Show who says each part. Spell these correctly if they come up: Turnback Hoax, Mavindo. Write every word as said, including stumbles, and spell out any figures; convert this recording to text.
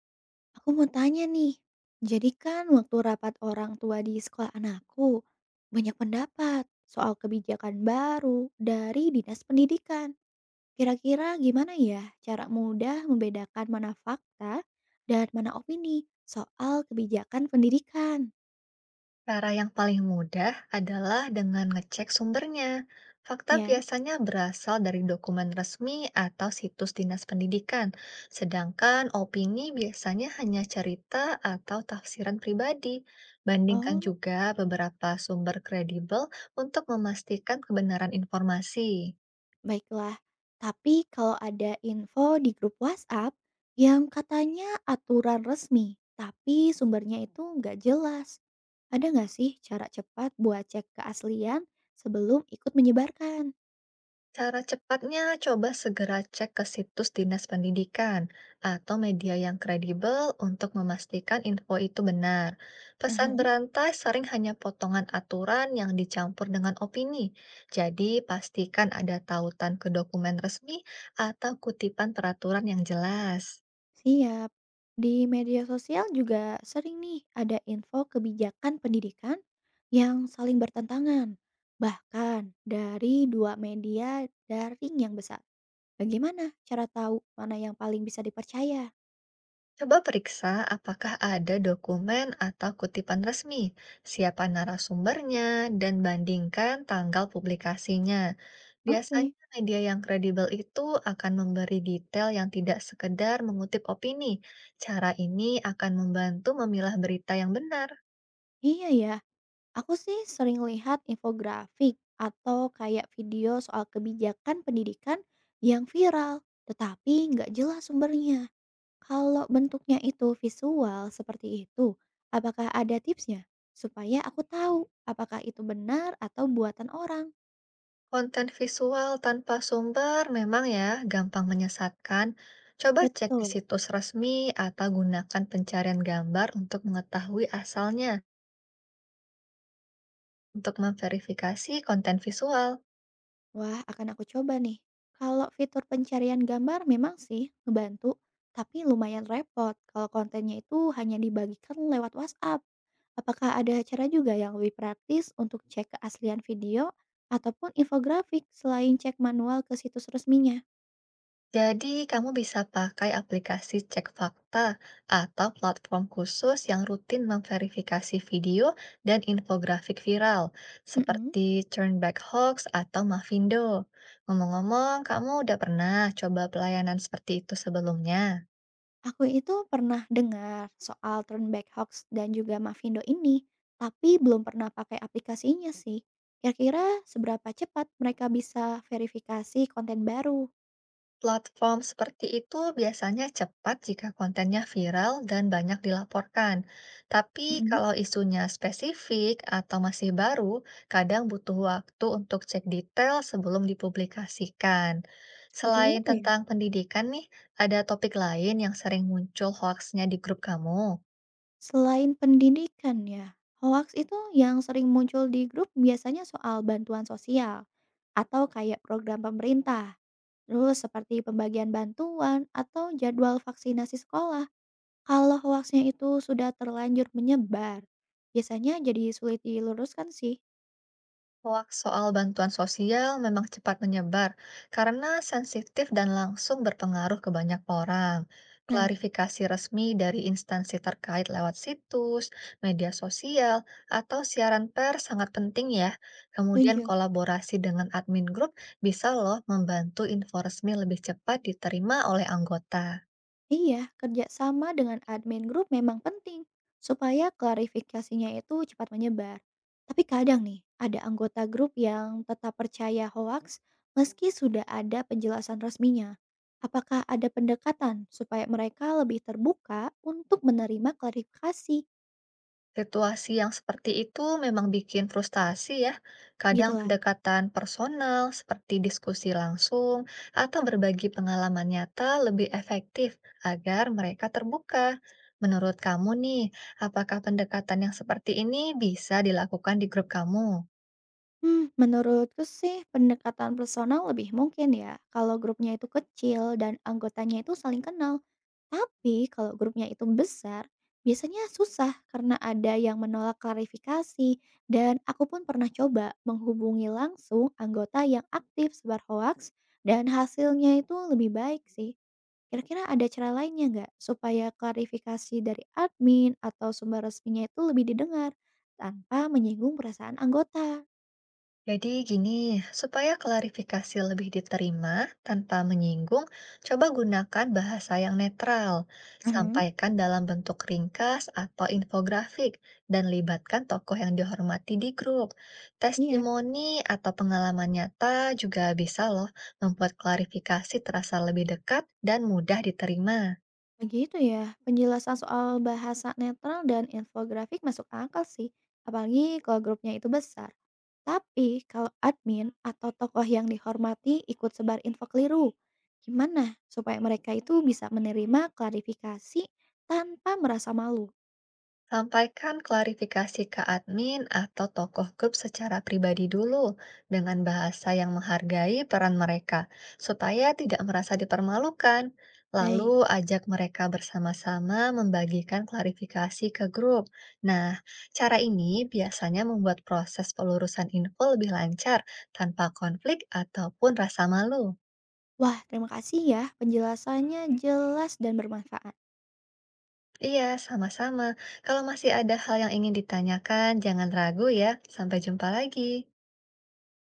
Speaker 1: Aku mau tanya nih, jadi kan waktu rapat orang tua di sekolah anakku, banyak pendapat soal kebijakan baru dari dinas pendidikan. Kira-kira gimana ya cara mudah membedakan mana fakta dan mana opini soal kebijakan pendidikan?
Speaker 2: Cara yang paling mudah adalah dengan ngecek sumbernya. Fakta
Speaker 1: Ya.
Speaker 2: biasanya berasal dari dokumen resmi atau situs dinas pendidikan, sedangkan opini biasanya hanya cerita atau tafsiran pribadi. Bandingkan
Speaker 1: Oh.
Speaker 2: juga beberapa sumber kredibel untuk memastikan kebenaran informasi.
Speaker 1: Baiklah, tapi kalau ada info di grup WhatsApp yang katanya aturan resmi, tapi sumbernya itu nggak jelas. Ada nggak sih cara cepat buat cek keaslian sebelum ikut menyebarkan?
Speaker 2: Cara cepatnya, coba segera cek ke situs Dinas Pendidikan atau media yang kredibel untuk memastikan info itu benar. Pesan
Speaker 1: Uhum.
Speaker 2: berantai sering hanya potongan aturan yang dicampur dengan opini. Jadi, pastikan ada tautan ke dokumen resmi atau kutipan peraturan yang jelas.
Speaker 1: Siap. Di media sosial juga sering nih ada info kebijakan pendidikan yang saling bertentangan. Bahkan dari dua media daring yang besar. Bagaimana cara tahu mana yang paling bisa dipercaya?
Speaker 2: Coba periksa apakah ada dokumen atau kutipan resmi, siapa narasumbernya, dan bandingkan tanggal publikasinya.
Speaker 1: Oke.
Speaker 2: Biasanya media yang kredibel itu akan memberi detail yang tidak sekedar mengutip opini. Cara ini akan membantu memilah berita yang benar.
Speaker 1: Iya ya. Aku sih sering lihat infografik atau kayak video soal kebijakan pendidikan yang viral, tetapi nggak jelas sumbernya. Kalau bentuknya itu visual seperti itu, apakah ada tipsnya? Supaya aku tahu apakah itu benar atau buatan orang.
Speaker 2: Konten visual tanpa sumber memang ya gampang menyesatkan. Coba cek di
Speaker 1: Betul.
Speaker 2: situs resmi atau gunakan pencarian gambar untuk mengetahui asalnya. Untuk memverifikasi konten visual,
Speaker 1: Wah, akan aku coba nih. Kalau fitur pencarian gambar memang sih ngebantu, tapi lumayan repot kalau kontennya itu hanya dibagikan lewat WhatsApp. Apakah ada cara juga yang lebih praktis untuk cek keaslian video ataupun infografik selain cek manual ke situs resminya?
Speaker 2: jadi kamu bisa pakai aplikasi cek fakta atau platform khusus yang rutin memverifikasi video dan infografik viral,
Speaker 1: Mm-mm.
Speaker 2: seperti Turnback Hoax atau Mavindo. Ngomong-ngomong, kamu udah pernah coba pelayanan seperti itu sebelumnya?
Speaker 1: Aku itu pernah dengar soal Turnback Hoax dan juga Mavindo ini, tapi belum pernah pakai aplikasinya sih. Kira-kira seberapa cepat mereka bisa verifikasi konten baru?
Speaker 2: Platform seperti itu biasanya cepat jika kontennya viral dan banyak dilaporkan. Tapi
Speaker 1: Mhm,
Speaker 2: kalau isunya spesifik atau masih baru, kadang butuh waktu untuk cek detail sebelum dipublikasikan.
Speaker 1: seperti
Speaker 2: Selain
Speaker 1: itu ya?
Speaker 2: tentang pendidikan nih, ada topik lain yang sering muncul hoaxnya di grup kamu.
Speaker 1: Selain pendidikan ya, hoax itu yang sering muncul di grup biasanya soal bantuan sosial atau kayak program pemerintah, terus seperti pembagian bantuan atau jadwal vaksinasi sekolah. Kalau hoaxnya itu sudah terlanjur menyebar, biasanya jadi sulit diluruskan sih.
Speaker 2: Hoaks soal bantuan sosial memang cepat menyebar karena sensitif dan langsung berpengaruh ke banyak orang.
Speaker 1: Nah,
Speaker 2: Klarifikasi resmi dari instansi terkait lewat situs, media sosial, atau siaran pers sangat penting ya. Kemudian
Speaker 1: setuju.
Speaker 2: kolaborasi dengan admin grup bisa loh membantu info resmi lebih cepat diterima oleh anggota.
Speaker 1: Iya, kerjasama dengan admin grup memang penting supaya klarifikasinya itu cepat menyebar. Tapi kadang nih, ada anggota grup yang tetap percaya hoaks meski sudah ada penjelasan resminya. Apakah ada pendekatan supaya mereka lebih terbuka untuk menerima klarifikasi?
Speaker 2: Situasi yang seperti itu memang bikin frustasi ya. Kadang
Speaker 1: Gitulah.
Speaker 2: pendekatan personal seperti diskusi langsung atau berbagi pengalaman nyata lebih efektif agar mereka terbuka. Menurut kamu nih, apakah pendekatan yang seperti ini bisa dilakukan di grup kamu?
Speaker 1: Hmm, menurutku sih pendekatan personal lebih mungkin ya kalau grupnya itu kecil dan anggotanya itu saling kenal. Tapi kalau grupnya itu besar, biasanya susah karena ada yang menolak klarifikasi dan aku pun pernah coba menghubungi langsung anggota yang aktif sebar hoaks dan hasilnya itu lebih baik sih. Kira-kira ada cara lainnya nggak supaya klarifikasi dari admin atau sumber resminya itu lebih didengar tanpa menyinggung perasaan anggota?
Speaker 2: Jadi gini, supaya klarifikasi lebih diterima tanpa menyinggung, coba gunakan bahasa yang netral.
Speaker 1: Mhm.
Speaker 2: Sampaikan dalam bentuk ringkas atau infografik dan libatkan tokoh yang dihormati di grup.
Speaker 1: Iya,
Speaker 2: Testimoni atau pengalaman nyata juga bisa loh membuat klarifikasi terasa lebih dekat dan mudah diterima.
Speaker 1: begitu ya. Penjelasan soal bahasa netral dan infografik masuk akal sih, apalagi kalau grupnya itu besar. Tapi kalau admin atau tokoh yang dihormati ikut sebar info keliru, gimana supaya mereka itu bisa menerima klarifikasi tanpa merasa malu?
Speaker 2: Sampaikan klarifikasi ke admin atau tokoh grup secara pribadi dulu dengan bahasa yang menghargai peran mereka, supaya tidak merasa dipermalukan. Lalu
Speaker 1: Baik,
Speaker 2: ajak mereka bersama-sama membagikan klarifikasi ke grup. Nah, cara ini biasanya membuat proses pelurusan info lebih lancar tanpa konflik ataupun rasa malu.
Speaker 1: wah terima kasih ya penjelasannya jelas dan bermanfaat.
Speaker 2: Iya, sama-sama. Kalau masih ada hal yang ingin ditanyakan, jangan ragu ya. Sampai jumpa lagi.